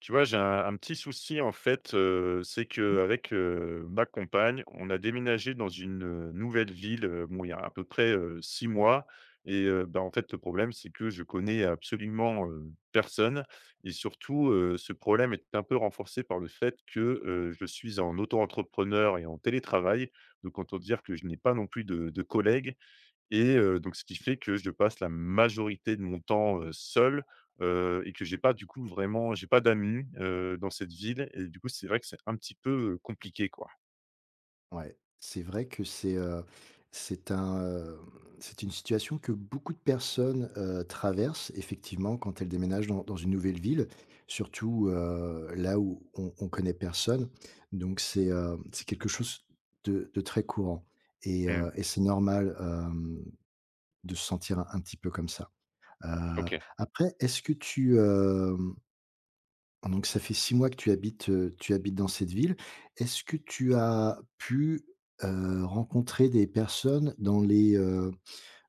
Tu vois, j'ai un petit souci en fait, c'est qu'avec, ma compagne, on a déménagé dans une, nouvelle ville, bon, il y a à peu près, 6 mois et bah, en fait, le problème, c'est que je connais absolument, personne. Et surtout, ce problème est un peu renforcé par le fait que, je suis en auto-entrepreneur et en télétravail. Donc autant dire que je n'ai pas non plus de collègues et donc ce qui fait que je passe la majorité de mon temps, seul, et que j'ai pas du coup vraiment j'ai pas d'amis, dans cette ville, et du coup, c'est vrai que c'est un petit peu, compliqué, quoi. Ouais, c'est vrai que c'est un, heu, c'est une situation que beaucoup de personnes traversent effectivement quand elles déménagent dans une nouvelle ville, surtout là où on connaît personne. Donc c'est quelque chose de très courant et Mmh. heu et c'est normal de se sentir un petit peu comme ça. Heu, OK. Après donc ça fait 6 mois que tu habites dans cette ville. Est-ce que tu as pu rencontrer des personnes dans les, heu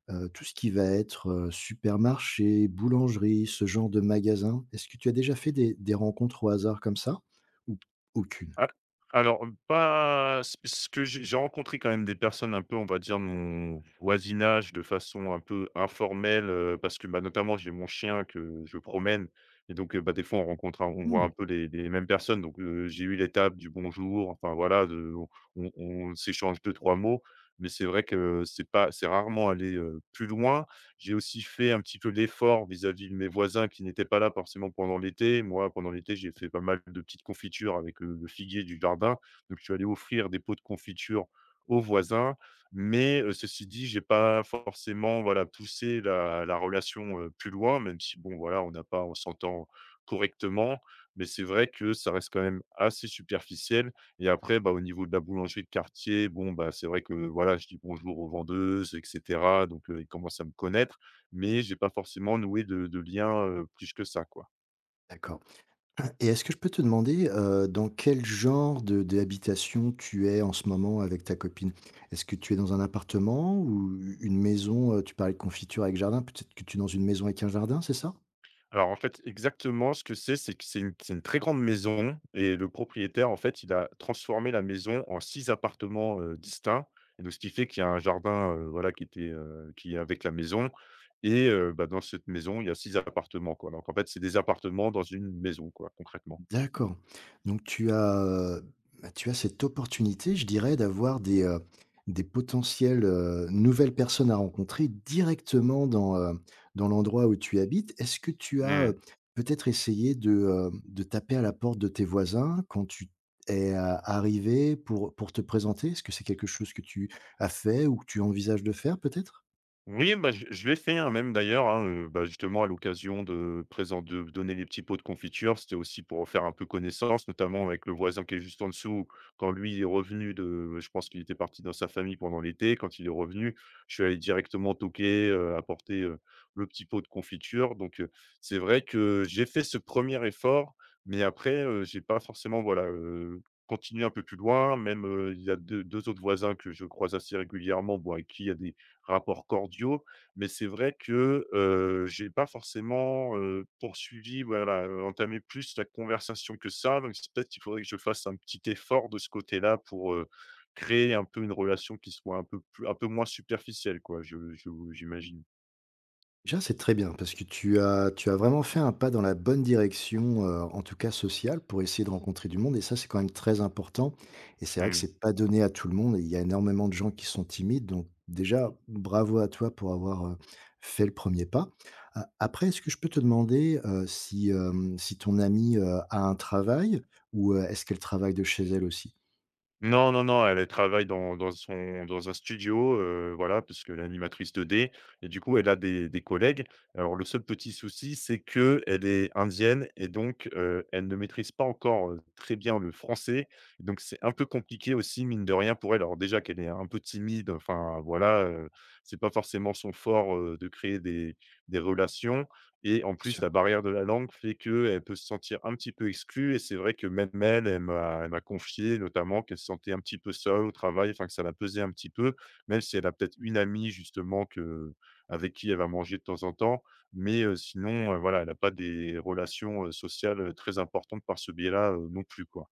heu, tout ce qui va être supermarché, boulangerie, ce genre de magasin? Est-ce que tu as déjà fait des rencontres au hasard comme ça? Ou aucune? Ah, alors, pas ce que j'ai rencontré quand même des personnes un peu, on va dire, de mon voisinage, de façon un peu informelle, parce que, bah, notamment, j'ai mon chien que je promène et donc, bah, des fois on rencontre un on voit Mmh, un peu les mêmes personnes, donc, j'ai eu l'étape du bonjour, enfin voilà, de on s'échange deux trois mots, mais c'est vrai que c'est pas c'est rarement allé, plus loin. J'ai aussi fait un petit peu d'effort vis-à-vis de mes voisins qui n'étaient pas là forcément pendant l'été. Moi, pendant l'été, j'ai fait pas mal de petites confitures avec, le figuier du jardin. Donc je suis allé offrir des pots de confiture aux voisins. Mais, ceci dit, j'ai pas forcément, voilà, poussé la relation, plus loin, même si bon, voilà, on n'a pas on s'entend correctement. Mais c'est vrai que ça reste quand même assez superficiel. Et après, bah, au niveau de la boulangerie de quartier, bon, bah, c'est vrai que, voilà, je dis bonjour aux vendeuses et cetera, donc ils commencent à me connaître, mais j'ai pas forcément noué de lien, plus que ça, quoi. d'accord. Ah, et est-ce que je peux te demander dans quel genre de d'habitation tu es en ce moment avec ta copine? Est-ce que tu es dans un appartement ou une maison tu parlais de confiture avec jardin, peut-être que tu es dans une maison avec un jardin, c'est ça? Alors, en fait, exactement ce que c'est que c'est une très grande maison, et le propriétaire, en fait, il a transformé la maison en 6 appartements, distincts, et donc ce qui fait qu'il y a un jardin, voilà, qui était, qui est avec la maison. Et bah, dans cette maison, il y a 6 appartements, quoi, donc en fait, c'est des appartements dans une maison, quoi, concrètement. D'accord. Donc tu as cette opportunité, je dirais, d'avoir des potentielles nouvelles personnes à rencontrer dans l'endroit où tu habites. Est-ce que tu as peut-être essayé de taper à la porte de tes voisins quand tu es a arrivé pour te présenter? Est-ce que c'est quelque chose que tu as fait ou que tu envisages de faire peut-être? Oui, bah, je l'ai fait, hein, même d'ailleurs, hein, bah, justement à l'occasion de présent de donner des petits pots de confiture. C'était aussi pour faire un peu connaissance, notamment avec le voisin qui est juste en dessous. Quand lui est revenu de je pense qu'il était parti dans sa famille pendant l'été. Quand il est revenu, je suis allé directement toquer, apporter, le petit pot de confiture. Donc, c'est vrai que j'ai fait ce premier effort, mais après, j'ai pas forcément, voilà, continué un peu plus loin. Même, il y a deux 2 autres voisins que je croise assez régulièrement, bon, avec qui il y a des rapports cordiaux, mais c'est vrai que, j'ai pas forcément, poursuivi, voilà, entamé plus la conversation que ça, donc c'est peut-être qu'il faudrait que je fasse un petit effort de ce côté-là pour, créer un peu une relation qui soit un peu plus un peu moins superficielle, quoi, je j'imagine. Déjà, c'est très bien parce que tu as vraiment fait un pas dans la bonne direction en tout cas sociale, pour essayer de rencontrer du monde. Et ça, c'est quand même très important et c'est vrai que c'est pas donné à tout le monde et il y a énormément de gens qui sont timides. Donc déjà, bravo à toi pour avoir fait le premier pas. A Après, est-ce que je peux te demander si ton amie a un travail ou est-ce qu'elle travaille de chez elle aussi? Non, non, non, elle travaille dans un studio, voilà, puisque l'animatrice 2D, et du coup, elle a des collègues. Alors le seul petit souci, c'est que elle est indienne et donc elle ne maîtrise pas encore, très bien le français. Donc c'est un peu compliqué aussi, mine de rien, pour elle. Alors déjà qu'elle est un peu timide, enfin voilà, c'est pas forcément son fort, de créer des relations. Et en plus, la barrière de la langue fait qu'elle peut se sentir un petit peu exclue, et c'est vrai que même elle, elle m'a confié notamment qu'elle se sentait un petit peu seule au travail, enfin que ça la pesait un petit peu, même si elle a peut-être une amie justement que avec qui elle va manger de temps en temps. Mais sinon, voilà, elle a pas des relations, sociales, très importantes par ce biais-là, non plus, quoi.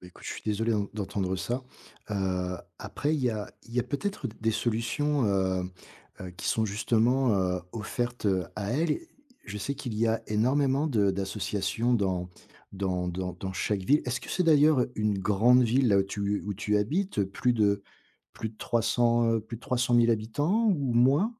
Bah, écoute, je suis désolé d'entendre ça. Après il y a peut-être des solutions qui sont justement offertes à elle. Je sais qu'il y a énormément de d'associations dans chaque ville. Est-ce que c'est d'ailleurs une grande ville là où tu habites, plus de 300 plus de 300 000 habitants ou moins?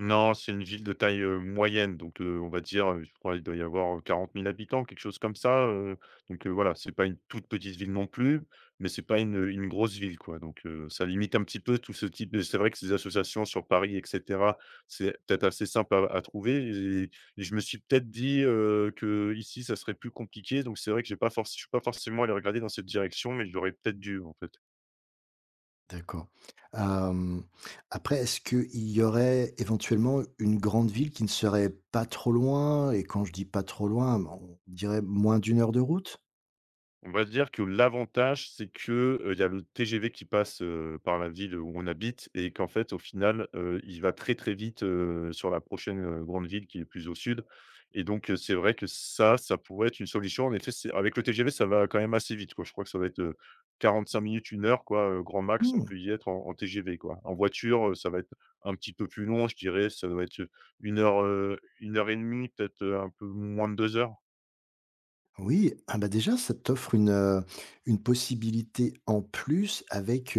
Non, c'est une ville de taille, moyenne, donc on va dire, je crois, il doit y avoir, 40 000 habitants, quelque chose comme ça, donc voilà, c'est pas une toute petite ville non plus, mais c'est pas une grosse ville, quoi, donc ça limite un petit peu tout ce type de c'est vrai que ces associations sur Paris et cetera, c'est peut-être assez simple à trouver, et je me suis peut-être dit, que ici, ça serait plus compliqué, donc c'est vrai que j'ai pas forc je suis pas forcément allé regarder dans cette direction, mais j'aurais peut-être dû, en fait. D'accord. Hem, Après, est-ce qu'il y aurait éventuellement une grande ville qui ne serait pas trop loin? Et quand je dis pas trop loin, ben, on dirait moins d'une heure de route? On va dire que l'avantage, c'est que, il y a le TGV qui passe, par la ville où on habite, et qu'en fait, au final, il va très, très vite, sur la prochaine, grande ville qui est plus au sud, et donc c'est vrai que ça pourrait être une solution. En effet, c'est avec le TGV, ça va quand même assez vite, quoi. Je crois que ça va être, 45 minutes, une heure, quoi, grand max, on Mmh, peut y être en TGV, quoi. En voiture, ça va être un petit peu plus long, je dirais, ça va être, une heure, 1 heure et demie, peut-être, un peu moins de deux heures. oui, ah, bah, déjà, ça t'offre une possibilité en plus avec,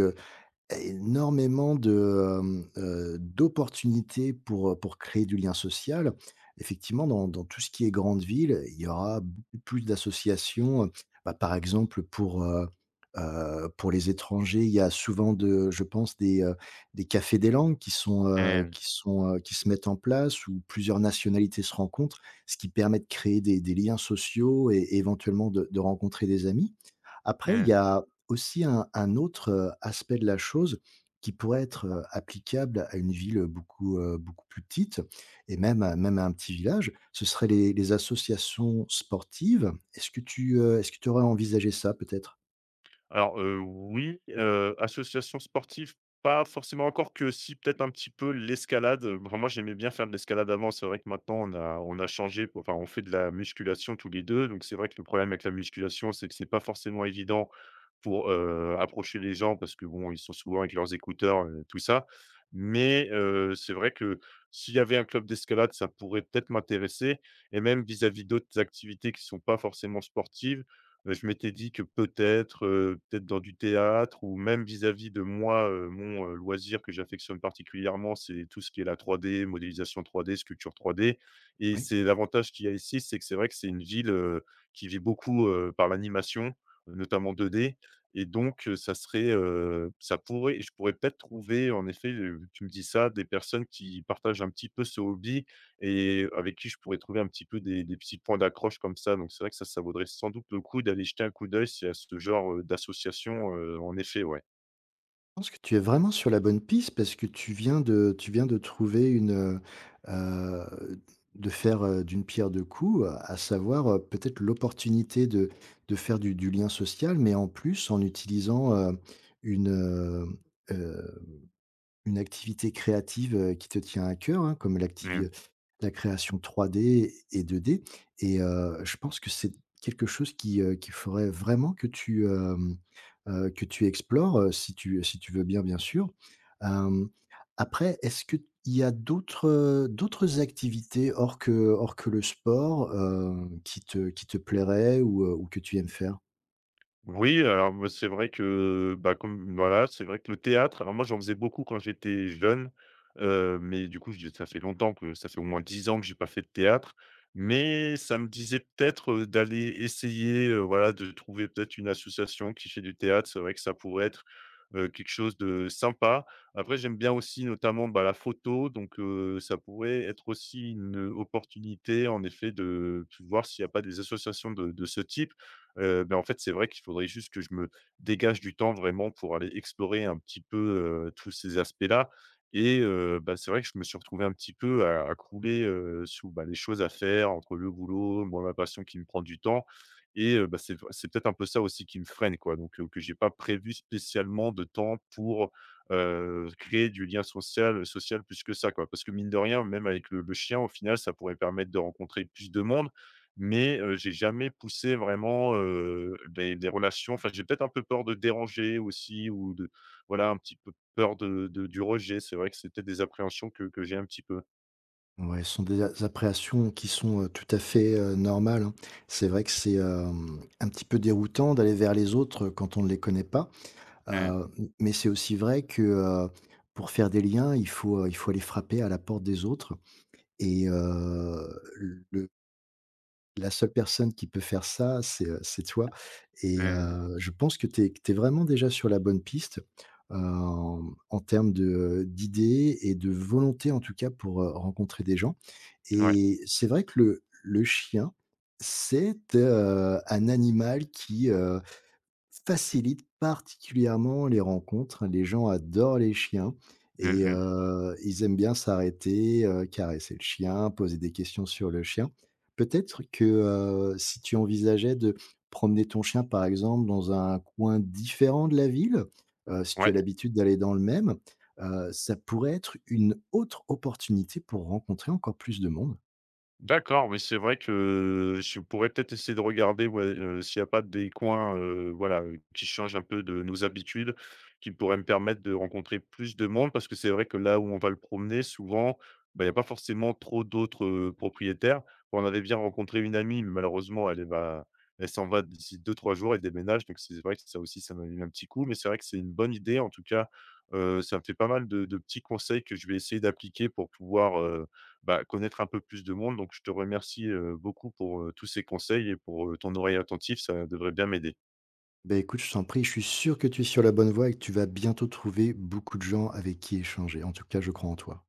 Énormément d'opportunités pour créer du lien social. Effectivement, dans tout ce qui est grande ville, il y aura beaucoup plus d'associations par exemple pour les étrangers, il y a souvent de je pense des cafés des langues Mmh. Qui se mettent en place où plusieurs nationalités se rencontrent, ce qui permet de créer des liens sociaux et éventuellement de rencontrer des amis. Après il y Mmh. a aussi un autre aspect de la chose qui pourrait être applicable à une ville, beaucoup plus petite et même à un petit village, ce seraient les associations sportives. Est-ce que tu aurais envisagé ça peut-être? Alors, oui, association sportive, pas forcément encore que si, peut-être un petit peu l'escalade, enfin moi j'aimais bien faire de l'escalade avant. C'est vrai que maintenant on a changé, enfin on fait de la musculation tous les 2, donc c'est vrai que le problème avec la musculation, c'est que c'est pas forcément évident pour, approcher les gens parce que bon, ils sont souvent avec leurs écouteurs, tout ça. Mais, c'est vrai que s'il y avait un club d'escalade, ça pourrait peut-être m'intéresser, et même vis-à-vis d'autres activités qui sont pas forcément sportives. Je m'étais dit que peut-être, peut-être dans du théâtre, ou même vis-à-vis de moi, mon, loisir que j'affectionne particulièrement, c'est tout ce qui est la 3D, modélisation 3D, sculpture 3D. Et Oui. c'est l'avantage qu'il y a ici, c'est que c'est vrai que c'est une ville, qui vit beaucoup, par l'animation, notamment 2D, et donc ça serait, ça pourrait je pourrais peut-être trouver en effet, tu me dis ça, des personnes qui partagent un petit peu ce hobby et avec qui je pourrais trouver un petit peu des petits points d'accroche comme ça. Donc c'est vrai que ça vaudrait sans doute le coup d'aller jeter un coup d'œil s'il y a ce genre, d'association, en effet, ouais. Je pense que tu es vraiment sur la bonne piste parce que tu viens de trouver heu, de faire d'une pierre deux coups, à savoir peut-être l'opportunité de faire du lien social, mais en plus en utilisant une, euh, euh, une activité créative qui te tient à cœur, hein, comme l'activi Mmh. la création 3D et 2D. Et je pense que c'est quelque chose qui qu'il faudrait vraiment que que tu explores si tu si tu veux bien, bien sûr. Hem, Après, est-ce qu'il y a d'autres activités hors que le sport qui te plairaient ou que tu aimes faire? Oui, alors moi, c'est vrai que, bah, comme voilà, c'est vrai que le théâtre, alors moi, j'en faisais beaucoup quand j'étais jeune, mais du coup, je ça fait longtemps, que ça fait au moins 10 ans que j'ai pas fait de théâtre, mais ça me disait peut-être, d'aller essayer, voilà, de trouver peut-être une association qui fait du théâtre. C'est vrai que ça pourrait être, quelque chose de sympa. Après, j'aime bien aussi notamment, bah, la photo, donc ça pourrait être aussi une opportunité, en effet, de voir s'il n'y a pas des associations de ce type. Ben, en fait, c'est vrai qu'il faudrait juste que je me dégage du temps vraiment pour aller explorer un petit peu, tous ces aspects-là. Et bah, c'est vrai que je me suis retrouvé un petit peu à crouler, sous, bah, les choses à faire entre le boulot, moi, ma passion qui me prend du temps. Et bah, c'est peut-être un peu ça aussi qui me freine, quoi, donc que j'ai pas prévu spécialement de temps pour, créer du lien social, social plus que ça, quoi. Parce que mine de rien, même avec le chien, au final, ça pourrait permettre de rencontrer plus de monde, mais, j'ai jamais poussé vraiment, des relations. Enfin, j'ai peut-être un peu peur de déranger aussi, ou de voilà, un petit peu peur de du rejet. C'est vrai que c'était des appréhensions que j'ai un petit peu. Ouais, ce sont des a appréhensions qui sont tout à fait normales, hein. C'est vrai que c'est un petit peu déroutant d'aller vers les autres quand on ne les connaît pasMmh. M mais c'est aussi vrai que pour faire des liens, il faut aller frapper à la porte des autres et le la seule personne qui peut faire ça c'est toi et Mmh. Je pense que tu es vraiment déjà sur la bonne piste en termes de d'idées et de volonté, en tout cas, pour rencontrer des gens. Ouais. Et c'est vrai que le chien, c'est un animal qui facilite particulièrement les rencontres. Les gens adorent les chiens Mmh et mh. Ils aiment bien s'arrêter caresser le chien, poser des questions sur le chien. Peut-être que si tu envisageais de promener ton chien, par exemple, dans un coin différent de la ville si tu Ouais. as l'habitude d'aller dans le même ça pourrait être une autre opportunité pour rencontrer encore plus de monde. D'accord, mais c'est vrai que je pourrais peut-être essayer de regarder, ouais, s'il n'y a pas des coins, voilà, qui changent un peu de nos habitudes, qui pourraient me permettre de rencontrer plus de monde. Parce que c'est vrai que là où on va le promener souvent, bah, il n'y a pas forcément trop d'autres, propriétaires. On avait bien rencontré une amie, mais malheureusement elle, va elle s'en va d'ici deux trois jours, et déménage. Donc c'est vrai que ça aussi, ça m'a mis un petit coup, mais c'est vrai que c'est une bonne idée en tout cas, ça me fait pas mal de petits conseils que je vais essayer d'appliquer pour pouvoir, bah, connaître un peu plus de monde. Donc je te remercie, beaucoup pour, tous ces conseils, et pour, ton oreille attentive, ça devrait bien m'aider. Beh, écoute, je t'en prie, je suis sûr que tu es sur la bonne voie et que tu vas bientôt trouver beaucoup de gens avec qui échanger. En tout cas, je crois en toi.